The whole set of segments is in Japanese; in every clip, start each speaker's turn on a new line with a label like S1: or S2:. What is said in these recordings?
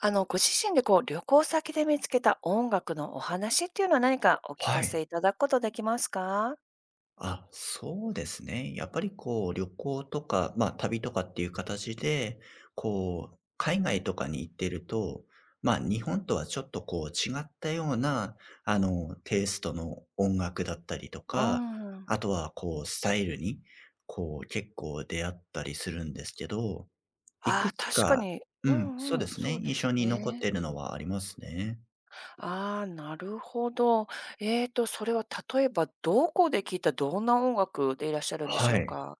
S1: ご自身でこう、旅行先で見つけた音楽のお話っていうのは何かお聞
S2: は
S1: か
S2: い。
S1: せいただくことできますか？
S2: あ、そうですね。やっぱりこう旅行とか、まあ、旅とかっていう形で、こう海外とかに行ってると、まあ、日本とはちょっとこう違ったような、テイストの音楽だったりと
S1: う
S2: か、
S1: ーん。
S2: あとはこうスタイルに、こう結構出会ったりするんですけど、い
S1: あ
S2: く
S1: あ、
S2: つ
S1: 確か
S2: か、
S1: に。
S2: う
S1: う
S2: ん、そう
S1: んう
S2: で
S1: ん、
S2: す
S1: そ
S2: ね、
S1: う
S2: 印
S1: で
S2: 象
S1: す
S2: に残っ
S1: ね。
S2: てるのはありますね。
S1: ああ、なるほど。それは例えばどこで聞いたどんな音楽でいらっしゃるんでし
S2: は
S1: ょう
S2: い。
S1: か？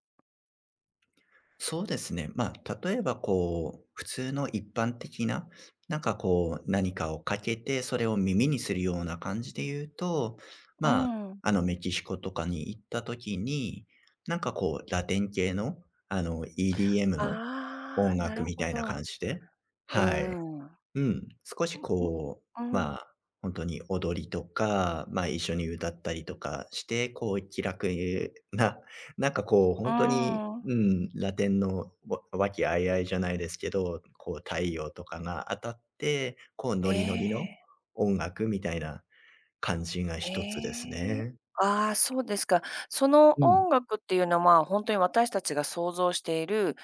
S2: そうですね。まあ、例えばこう、普通の一般的な、なんかこう、何かをかけて、それを耳にするような感じで言うと、
S1: う
S2: まあ、
S1: ん。
S2: メキシコとかに行った時に、なんかこう、ラテン系の、EDM の
S1: あ
S2: 音
S1: あ、な
S2: 楽
S1: る
S2: み
S1: ほ
S2: たいな
S1: ど。う
S2: 感じで、
S1: ー
S2: はい。
S1: ん。う
S2: うん、少しこう、
S1: ん。
S2: まあ、本当に踊りとか、ま、あ一緒に歌ったりとかして、こう気楽な、なんかこう
S1: う
S2: 本当に、
S1: ん。
S2: うん、ラテンの和気あいあいじゃないですけど、こう太陽とかが当たって、こう
S1: え
S2: ノリノリの
S1: ええ。
S2: 音楽みたいな感じが一つです
S1: ええ。
S2: ね。
S1: ああ、そうですか。その
S2: うん、
S1: 音楽っていうのは、まあ、本当に私たちが想像している、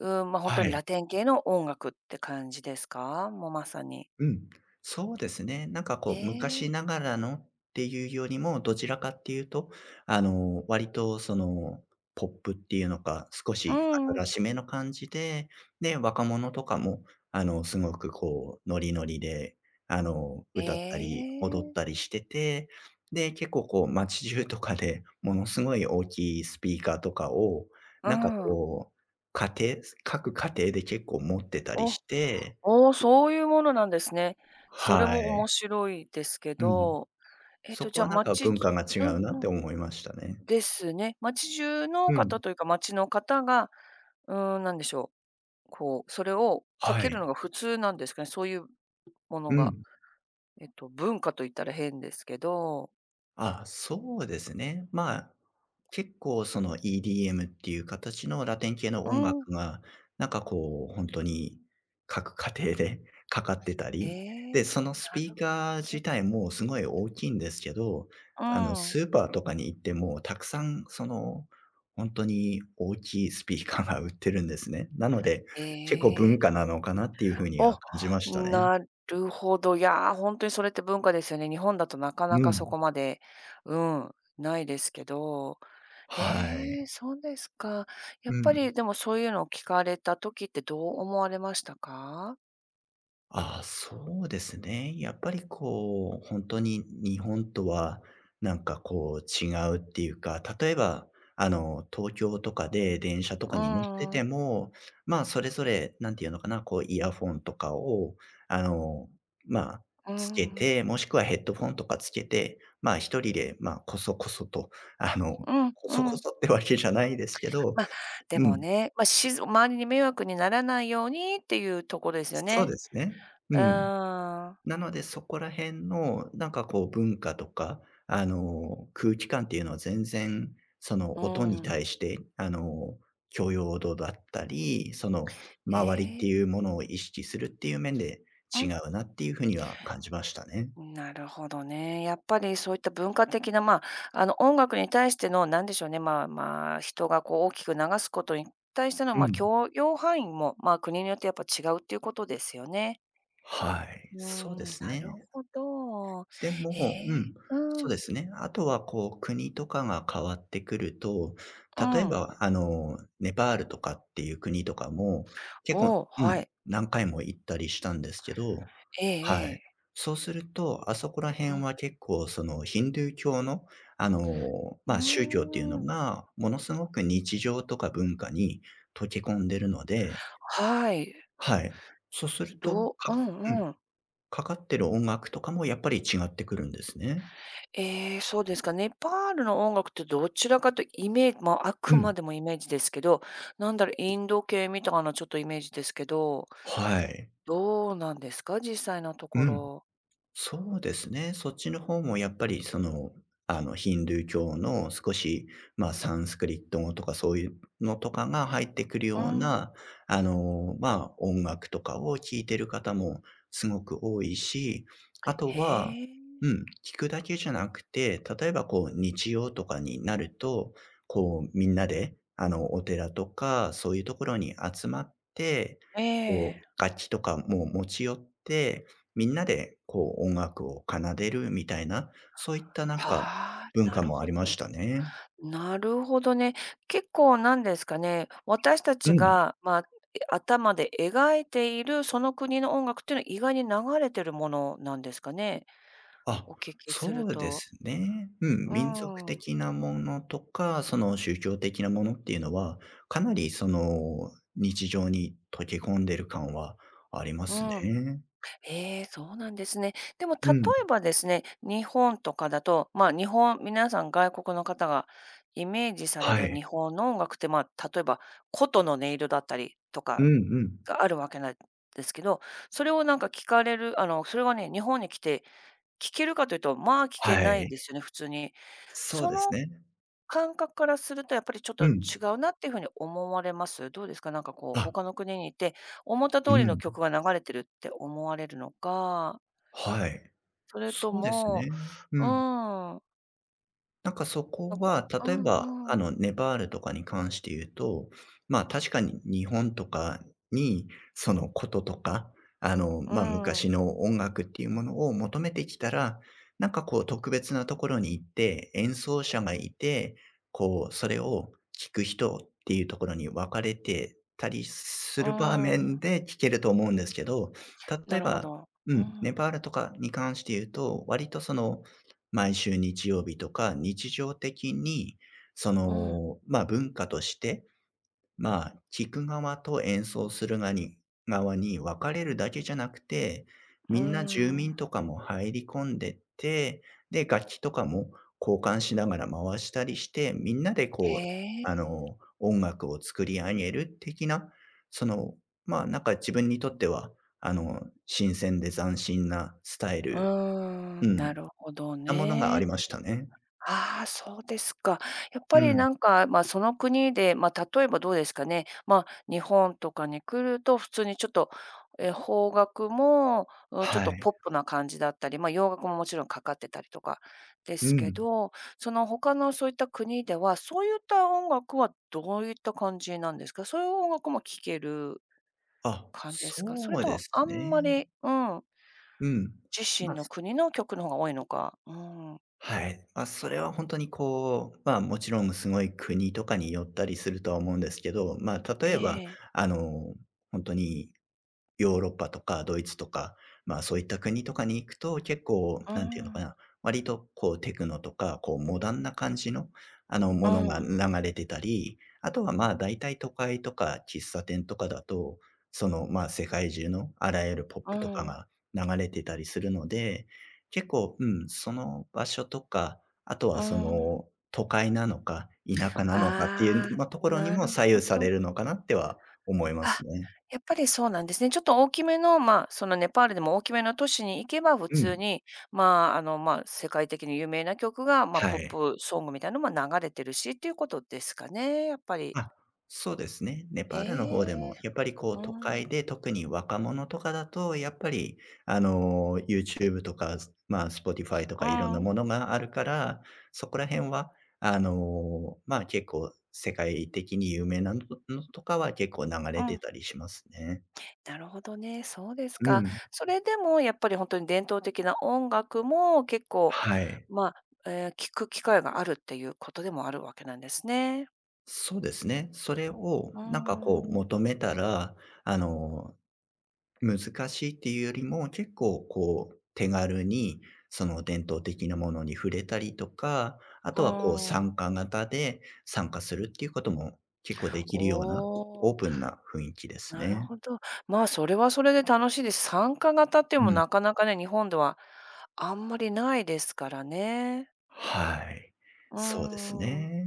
S1: うん、ま、あ本
S2: は
S1: 当に
S2: い。
S1: ラテン系の音楽って感じですか？もうまさに。
S2: うん、そうですね。なんかこう、
S1: え
S2: 昔
S1: え。
S2: ながらのっていうよりも、どちらかっていうと、割とその、ポップっていうのか、少
S1: う
S2: し
S1: ん
S2: 新しめの感じで、で、若者とかも、すごくこう、ノリノリで、
S1: え
S2: 歌ったり、踊っ
S1: え。
S2: たりしてて、で、結構こう、街中とかでものすごい大きいスピーカーとかを、
S1: う
S2: なんか
S1: ん。
S2: こう、家庭、各家庭で結構持ってたりし
S1: お、
S2: て、
S1: おおそういうものなんですね。それ
S2: は
S1: も面
S2: い。
S1: 白いですけ
S2: うん。
S1: ど、
S2: そこ
S1: じゃあ、
S2: はなんか
S1: 街。
S2: 文化が違
S1: うん
S2: うなっ
S1: う
S2: て
S1: ん。
S2: 思いましたね。
S1: ですね。街中の
S2: う
S1: 方
S2: ん。
S1: というか、街の方が、うん、なんでしょうこう、それをか
S2: は
S1: ける
S2: い。
S1: のが普通なんですかね？そういうも
S2: う
S1: のが、
S2: ん。
S1: 文化と言ったら変ですけど。
S2: あ、そうですね。まあ、結構その EDM っていう形のラテン系の
S1: う
S2: 音
S1: ん。
S2: 楽が、なんかこう本当に各家庭で かかってた
S1: え
S2: り、
S1: え、
S2: で、そのス
S1: な
S2: ピー
S1: る
S2: カー
S1: ほ
S2: 自
S1: ど。
S2: 体もすごい大きいんですけど、
S1: うん。
S2: スーパーとかに行ってもたくさんその、本当に大きいスピーカーが売ってるんですね。なので、結構
S1: え
S2: 文化
S1: え。
S2: なのかなっていうふうに
S1: お、
S2: は感じましたね。
S1: なるほど。いや、ほんとにそれって文化ですよね。日本だとなかな
S2: う
S1: かそ
S2: ん。
S1: こまで、うん、ないですけど。
S2: は
S1: え
S2: い。
S1: え、そうですか。や
S2: う
S1: っぱ
S2: ん。
S1: りでもそういうのを聞かれた時ってどう思われましたか？
S2: ああ、そうですね。やっぱりこう、本当に日本とはなんかこう違うっていうか、例えば、東京とかで電車とか
S1: う
S2: に乗ってて
S1: ん。
S2: も、まあ、それぞれなんていうのかな、こうイヤフォンとかを、あの、まあ、
S1: う
S2: つけ
S1: ん。
S2: て、もしくはヘッドフォンとかつけて、まあ、一人で、まあ、こそこそと、あの、
S1: うん
S2: こ
S1: う
S2: そこ
S1: ん。
S2: そってわけじゃないですけど、
S1: まあ、で
S2: う
S1: も
S2: ん、
S1: ね、まあ、しず周りに迷惑にならないようにっていうところですよ
S2: そう
S1: ね。
S2: ですね。う
S1: う
S2: ん。
S1: ーん。
S2: なので、そこら辺のなんかこう文化とか、空気感っていうのは全然、そ
S1: う
S2: の音に
S1: ん。
S2: 対して、許容度だったり、その
S1: へ
S2: 周りって
S1: え、
S2: いうものを意識するっていう面で
S1: う
S2: 違
S1: ん。
S2: うなっていうふうには感じましたね。
S1: なるほどね。やっぱりそういった文化的な、まあ、音楽に対してのなんでしょうね、まあまあ、人がこう大きく流すことに対しての、
S2: う
S1: まあ、
S2: ん。
S1: 許容範囲も、まあ、国によってやっぱ違うっていうことですよね。
S2: はい、
S1: う
S2: そうで
S1: ーん、
S2: す
S1: なる
S2: ね。
S1: ほど。
S2: で
S1: へ
S2: も、う
S1: え、
S2: ん、
S1: う
S2: そうで
S1: ん、
S2: すね。あとはこう、国とかが変わってくると、
S1: う
S2: 例え
S1: ん。
S2: ば、ネパールとかっていう国とかも、結構、
S1: おー
S2: う
S1: は
S2: ん、
S1: い。
S2: 何回も行ったりしたんですけど、
S1: ええ
S2: は
S1: え
S2: い。
S1: え。
S2: そうすると、あそこら
S1: う
S2: 辺
S1: ん。
S2: は結構そのヒンドゥー教の、
S1: う
S2: まあ、宗教っていうの
S1: ーん。
S2: が、ものすごく日常とか文化に溶け込んでるので、
S1: はい。
S2: はい。そうすると、
S1: うん
S2: うん、
S1: うん。
S2: かかってる音楽とかもやっぱり違ってくるんですね。
S1: そうですか。ネパールの音楽ってどちらかというとイメージまあ、あ
S2: う
S1: く
S2: ん。
S1: までもイメージですけど、なんだろう、インド系みたいなちょっとイメージですけど、
S2: はい。
S1: どうなんですか？実際のと
S2: う
S1: こ
S2: ん、
S1: ろ。
S2: そうですね。そっちの方もやっぱりその、ヒンドゥー教の少し、まあ、サンスクリット語とかそういうのとかが入ってくるよ
S1: う
S2: う
S1: ん。
S2: な、まあ、音楽とかを聴いてる方もすごく多いし、あとは、
S1: へえ。
S2: うん、聞くだけじゃなくて、例えばこう、日曜とかになると、こう、みんなで、お寺とか、そういうところに集まって、
S1: え
S2: こ
S1: え。
S2: う、楽器とかも持ち寄って、みんなでこう音楽を奏でるみたいな、そういったなんか
S1: はあ、
S2: 文
S1: な
S2: 化
S1: る
S2: もあ
S1: ほ
S2: りま
S1: ど。
S2: したね。
S1: なるほどね。結構なんですかね、私たち
S2: うん。
S1: が、まあ、頭で描いているその国の音楽っていうのは意外に流れてるものなんですかね？
S2: あ、
S1: お聞きす
S2: そ
S1: る
S2: うで
S1: と。
S2: すね。う
S1: う
S2: ん、
S1: ー
S2: 民族
S1: ん、
S2: 的なものとか、その宗教的なものっていうのは、かなりその日常に溶け込んでる感はありま
S1: う
S2: す
S1: ん。
S2: ね。
S1: ええ、そうなんですね。でも例
S2: うん。
S1: えばですね、日本とかだと、まあ、日本皆さん外国の方がイメージされ
S2: は
S1: る
S2: い。
S1: 日本の音楽って、まあ、例えば琴の音色だったりと
S2: うん
S1: か
S2: うん。
S1: があるわけなんですけど、それをなんか聞かれるそれはね、日本に来て聞けるかというと、まあ、聞け
S2: は
S1: ない
S2: い。
S1: ですよね、普通に。
S2: そう
S1: そ
S2: です
S1: の
S2: ね。
S1: 感覚からすると、やっぱりちょっ
S2: う
S1: と
S2: ん。
S1: 違うなっていうふうに思われます？どうですか？なんかこう、
S2: あ、
S1: 他の国にいて、思った
S2: う
S1: 通りの
S2: ん。
S1: 曲が流れてるって思われるのか、
S2: はい。
S1: それと
S2: そうですね。
S1: も
S2: う
S1: う
S2: ん。
S1: ーん、
S2: なんかそ
S1: な
S2: こ
S1: んか
S2: は、
S1: う
S2: 例え
S1: ん
S2: ば、
S1: うん、
S2: ネパールとかに関して言うと、まあ、確かに日本とかに、そのこととか、
S1: う
S2: まあ、昔
S1: ん、
S2: の音楽っていうものを求めてきたら、なんかこう特別なところに行って、演奏者がいて、こう、それを聴く人っていうところに分かれてたりす
S1: う
S2: る場
S1: ん、
S2: 面で聴けると思うんですけど、例
S1: な
S2: え
S1: るほ
S2: ば、
S1: ど。
S2: う
S1: う
S2: ん、ネ
S1: ん、
S2: パールとかに関して言うと、割とその毎週日曜日とか、日常的に、そ
S1: うん、う
S2: の、まあ、文化として、まあ、聴く側と演奏する側に分かれるだけじゃなくて、みんな住民
S1: ん。
S2: とかも入り込んでって、で、楽器とかも交換しながら回したりして、みんなで
S1: へ
S2: こう、
S1: え。
S2: 音楽を作り上げる的な、その、まあ、なんか自分にとっては、新鮮で斬新なスタイ
S1: うー
S2: ル、う
S1: ん、な
S2: ん、
S1: るほど
S2: なものがあり
S1: ね。
S2: ましたね。
S1: ああ、そうですか。やっ
S2: う
S1: ぱり
S2: ん。
S1: なんか、まあ、その国で、まあ、例えばどうですかね、まあ、日本とかに来ると普通にちょっと、邦楽も、うん、ちょっ
S2: は
S1: と
S2: い。
S1: ポップな感じだったり、まあ、洋楽ももちろんかかってたりとかで
S2: う
S1: すけ
S2: ん。
S1: ど、その他のそういった国では、そういった音楽はどういった感じなんですか？そういう音楽も聴ける
S2: あ、
S1: 感じですか？それ
S2: そう
S1: と
S2: で
S1: も
S2: す
S1: あんま
S2: ね。
S1: り、うん、
S2: うん。
S1: 自
S2: ま、
S1: 身
S2: あ
S1: の国の曲の方が多いのか。うん。
S2: はい。まあ、それは本当にこう、まあ、もちろんすごい国とかによったりするとは思うんですけど、まあ、例
S1: え
S2: えば、
S1: え。
S2: あの、本当にヨーロッパとかドイツとか、まあ、そういった国とかに行くと、結構、
S1: う
S2: なんていうのか
S1: ん。
S2: な、割とこうテクノとか、こうモダンな感じの、
S1: う
S2: ものが
S1: ん。
S2: 流れてたり、あとは、まあ、大体都会とか喫茶店とかだと、その、まあ、世界中のあらゆるポッ
S1: う
S2: プとか
S1: ん、
S2: が流れてたりするので、結構、うん、その場所とか、あと
S1: う
S2: はそ
S1: ん。
S2: の、都会なのか、田舎なのかってい
S1: あ
S2: う、ま、とこ
S1: あ、
S2: ろに
S1: な
S2: も
S1: る
S2: 左右
S1: ほ
S2: さ
S1: ど。
S2: れるのかなっては思いま
S1: あ、
S2: すね。
S1: やっぱりそうなんですね。ちょっと大きめの、まあ、そのネパールでも大きめの都市に行けば、普
S2: う
S1: 通
S2: ん、
S1: に、まあ、まあ、世界的に有名な曲が、まあ、
S2: は
S1: ポッ
S2: い。
S1: プソングみたいなのも流れてるしっていうことですかね、やっぱり。
S2: あ、そうですね。ネパールの方で
S1: ええ、
S2: も、やっぱりこう
S1: う
S2: 都会
S1: ん、
S2: で、特に若者とかだと、やっぱりYouTube とか、まあ、Spotify と
S1: う
S2: かいろんな
S1: ん、
S2: ものがあるから、そこら辺は、まあ、結構世界的に有名なのとかは結構流
S1: う
S2: れて
S1: ん。
S2: たりしますね。
S1: なるほどね、そうです
S2: う
S1: か。
S2: ん。
S1: それでもやっぱり本当に伝統的な音楽も結構、
S2: はい。
S1: まあ、聞く機会があるっていうことでもあるわけなんですね。
S2: そうですね。それを
S1: うー
S2: なんかこう
S1: ん。
S2: 求めたら、あの、難しいっていうよりも、結構こう、手軽にその伝統的なものに触れたりとか、あ
S1: う
S2: とはこう
S1: ーん。
S2: 参加型で参加するっていうことも結構でき
S1: お
S2: るようなオー
S1: お、
S2: プンな雰囲気です
S1: なる
S2: ね。
S1: ほど。まあ、それはそれで楽しいです。参加型っていうの
S2: う
S1: も
S2: ん。
S1: なかなかね、日本ではあんまりないですからね。
S2: はい。
S1: うー
S2: そうです
S1: ん。
S2: ね。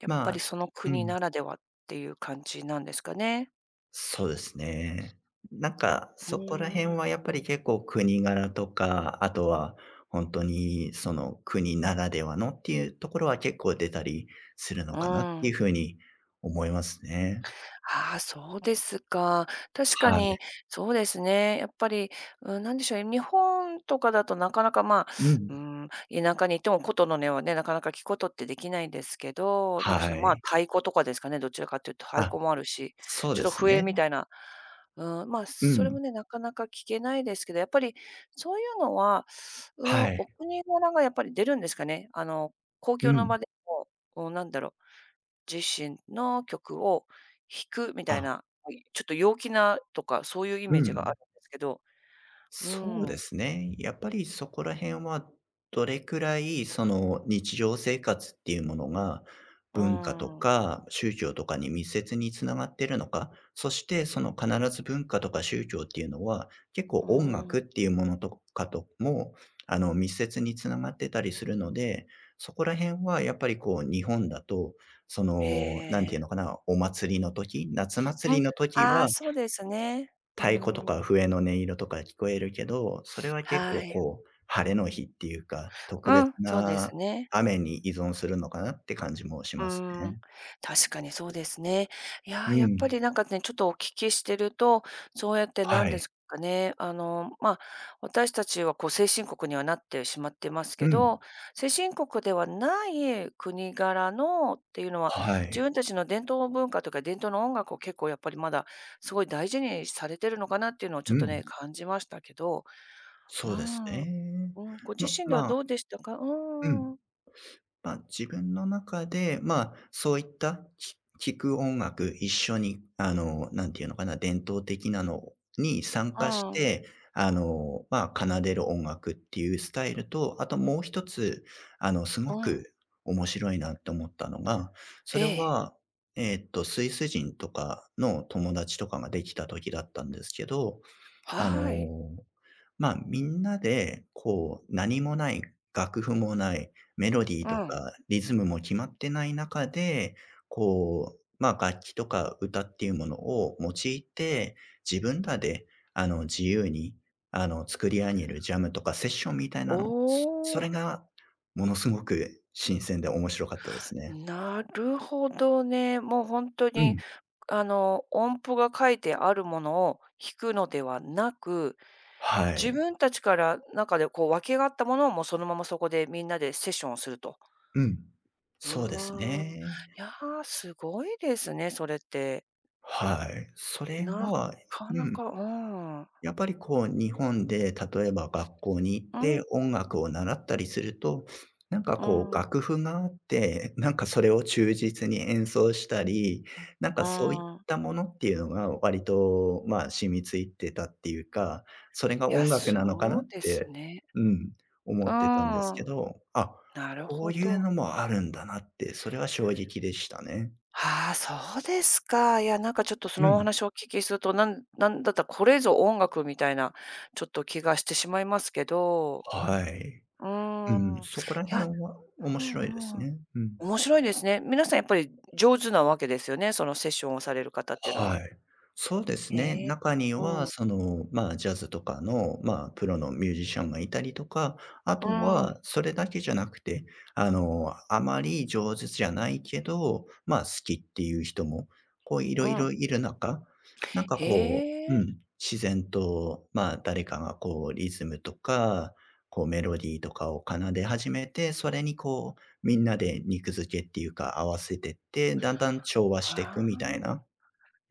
S1: やっ
S2: ま
S1: ぱ
S2: あ、
S1: りその
S2: う
S1: 国
S2: ん。
S1: ならではっていう感じなんですかね。
S2: そうですね。なんか、
S1: う
S2: そこら
S1: ー
S2: 辺
S1: ん。
S2: はやっぱり結構国柄とか、あとは本当にその国ならではのっていうところは結構出たりする
S1: う
S2: のかなっ
S1: ー
S2: ていう
S1: ん。
S2: ふうに思いますね。
S1: ああ、そうですか。確か
S2: はい。
S1: に、そうですね。やっぱり、うん、なんでしょう、日本とかだとなかなか、まあ、
S2: う
S1: う
S2: ん。
S1: ん、田舎にいても琴の音はね、なかなか聞くことってできないんですけど、どうし
S2: は
S1: て、まあ、
S2: い。
S1: 太鼓とかですかね、どちらかというと太
S2: あ、
S1: 鼓もあるし、
S2: そう
S1: ちょ
S2: で
S1: っと
S2: す
S1: 笛
S2: ね。
S1: みたいな、うん、まあ、
S2: う
S1: それ
S2: ん。
S1: もね、なかなか聞けないですけど、やっぱりそういうのは、うん、
S2: はい。
S1: お国柄がやっぱり出るんですかね。公
S2: う
S1: 共の
S2: ん。
S1: 場でも、うん、なんだろう自身の曲を弾くみたい
S2: あ、
S1: な、ちょっと陽気なとか、そういうイ
S2: う
S1: メージがあ
S2: ん。
S1: るんですけど、う
S2: そうで
S1: ん、
S2: すね。やっぱりそこら辺は、どれくらいその日常生活っていうものが、
S1: うー
S2: 文化と
S1: ん、
S2: か宗教とかに密接につながっているのか、そしてその必ず文化とか宗教っていうのは、結
S1: う
S2: 構音
S1: ーん、
S2: 楽っていうものとかとも、密接につながってたりするので、そこら辺はやっぱりこう日本だと、
S1: え
S2: なんていう
S1: え。
S2: のかな、お祭りの時、夏
S1: う
S2: 祭り
S1: ん、
S2: の時
S1: ああ、
S2: は
S1: そうですね。うー
S2: 太鼓と
S1: ん、
S2: か笛の音色とか聞こえるけど、それは結構
S1: はい。
S2: こう、晴れの日っていうか、特
S1: う
S2: 別
S1: ん、そうで
S2: な
S1: すね。
S2: 雨に依存するのかなって感じもし
S1: う
S2: ます
S1: ーん、
S2: ね。
S1: 確かにそうですね。いや
S2: う
S1: ー、やっぱ
S2: ん。
S1: りなんかね、ちょっとお聞きしてると、そうやってな
S2: は
S1: んで
S2: い。
S1: すかね、まあ、私たちはこう先進国にはなってしまってます
S2: う
S1: け
S2: ん。
S1: ど、先進国ではない国柄のっていうのは、
S2: は
S1: 自
S2: い。
S1: 分たちの伝統文化とか伝統の音楽を結構やっぱりまだすごい大事にされてるのかなっていうのをちょ
S2: う
S1: っと
S2: ん。
S1: ね、感じましたけど、う
S2: そうです
S1: ん。
S2: ね。
S1: うん、ご自
S2: ま
S1: 身では
S2: まあ
S1: どうでしたか？
S2: うん。
S1: うん。
S2: まあ、自分の中で、まあ、そういった、聴く音楽、一緒に、なんていうのかな、伝統的なのに参
S1: う
S2: 加し
S1: ん。
S2: て、まあ、奏でる音楽っていうスタイルと、あともう一つ、すご
S1: うん。
S2: く面白いなって思ったのが、そ
S1: え
S2: れ
S1: え、
S2: は、スイス人とかの友達とかができた時だったんですけど、あの、
S1: はい。
S2: ま、みんなで、こう、何もない、楽譜もない、メロディー
S1: う
S2: と
S1: ん。
S2: かリズムも決まってない中で、こう、ま、楽器とか歌っていうものを用いて、自分らで、自由に、作り上げるジャムとかセッションみたい
S1: お
S2: なの、そそ
S1: お、
S2: れがものすごく新鮮で面白かったですね。
S1: なるほどね。もう本当
S2: う
S1: に、
S2: ん。
S1: 音符が書いてあるものを弾くのではなく、
S2: は
S1: 自
S2: い。
S1: 分たちから中でこう分けがあったものをもうそのままそこでみんなでセッションをすると。
S2: うん。そう
S1: う
S2: で
S1: わ
S2: す
S1: ー、い
S2: ね。
S1: やー、すごいですね、それって。
S2: はい。それ
S1: な
S2: は
S1: か
S2: う
S1: な
S2: ん、
S1: か、うん。
S2: やっぱりこう日本で例えば学校に行っ
S1: う
S2: て
S1: ん、
S2: 音楽を習ったりすると、なんか
S1: う
S2: こう
S1: ん、
S2: 楽譜があって、なんかそれを忠実に演奏したり、なん
S1: う
S2: かそういっ
S1: ん。
S2: たものっていうのが割と、まあ、染みついてたっていうか、それが
S1: いや、
S2: 音楽なのかな
S1: そう
S2: っ
S1: です
S2: て、
S1: ね。
S2: うん、思
S1: う
S2: ってたんです
S1: ー
S2: け
S1: ん、
S2: ど、あ、
S1: なる
S2: こ
S1: ほ
S2: ういう
S1: ど。
S2: のもあるんだなって、それは衝撃でしたね。
S1: ああ、そうですか。いや、なんかちょっとそ
S2: う
S1: のお
S2: ん、
S1: 話をお聞きすると、なんなんだったらこれぞ音楽みたいな、ちょっと気がしてしまいますけど、
S2: はい。
S1: う
S2: う
S1: ー
S2: ん、
S1: ん。い
S2: そこら辺
S1: や、
S2: は
S1: う
S2: 面白いです
S1: んうん。
S2: ね。うん。
S1: 面白いですね。皆さんやっぱり上手なわけですよね、そのセッションをされる方っていうのは。
S2: はい。そうですね。
S1: へえ。
S2: 中には、
S1: うん、
S2: その、まあ、ジャズとかの、まあ、プロのミュージシャンがいたりとか、あ
S1: う
S2: と
S1: ん、
S2: は、それだけじゃなくて、あまり上手じゃないけど、まあ、好きっていう人も、こう、いろ
S1: う
S2: いろ
S1: ん。
S2: いる中、なんか
S1: へ
S2: こう、う
S1: え、
S2: ん、自然と、まあ、誰かがこう、リズムとか、こう、メロディーとかを奏で始めて、それにこう、みんなで肉付けっていうか、合わせてって、だんだん調和してい
S1: は
S2: くみたいな。
S1: あ。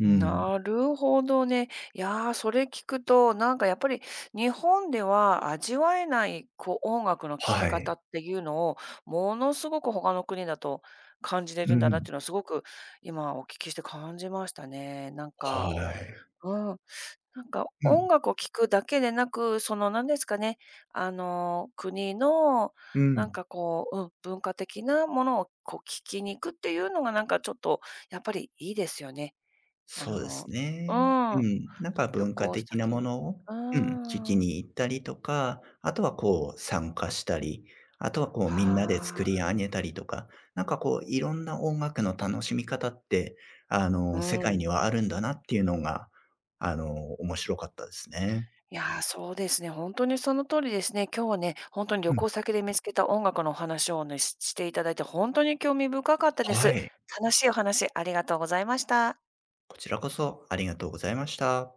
S2: うん。
S1: なるほどね。いやー、それ聞くと、なんかやっぱり日本では味わえない、こう、音楽の聴
S2: は
S1: き方
S2: い。
S1: っていうのを、ものすごく他の国だと感じれ
S2: う
S1: るんだなっ
S2: ん。
S1: ていうのはすごく今お聞きして感じましたね。なんか、
S2: はい。
S1: うん、なんか
S2: うん、
S1: 音楽を聴くだけでなく、その、なんですかね、国の
S2: う
S1: なん
S2: ん。
S1: かこう、うん、文化的なものをこう聞きに行くっていうのがなんかちょっとやっぱりいいですよね。あ
S2: そうです
S1: のう
S2: ね。う
S1: ん。
S2: ん。なんか
S1: 旅
S2: 文化
S1: 行
S2: 的
S1: 先。
S2: なも
S1: う
S2: のを、
S1: ー
S2: うん、聞き
S1: ん。
S2: に行ったりとか、あとはこう参加したり、あとはこうみんなで
S1: はあ、
S2: 作り上げたりとか、なんかこういろんな音楽の楽しみ方って、
S1: う
S2: 世界
S1: ん。
S2: にはあるんだなっていうのが、あの、面白かったですね。
S1: いや、そうですね、ほんとにその通りですね。今日はね、ほんとに
S2: う
S1: 旅
S2: ん。
S1: 行先で見つけた音楽のお話をね、していただいて、ほんとに興味深かったで
S2: は
S1: す。
S2: い。
S1: 楽しいお話ありがとうございました。
S2: こちらこそありがとうございました。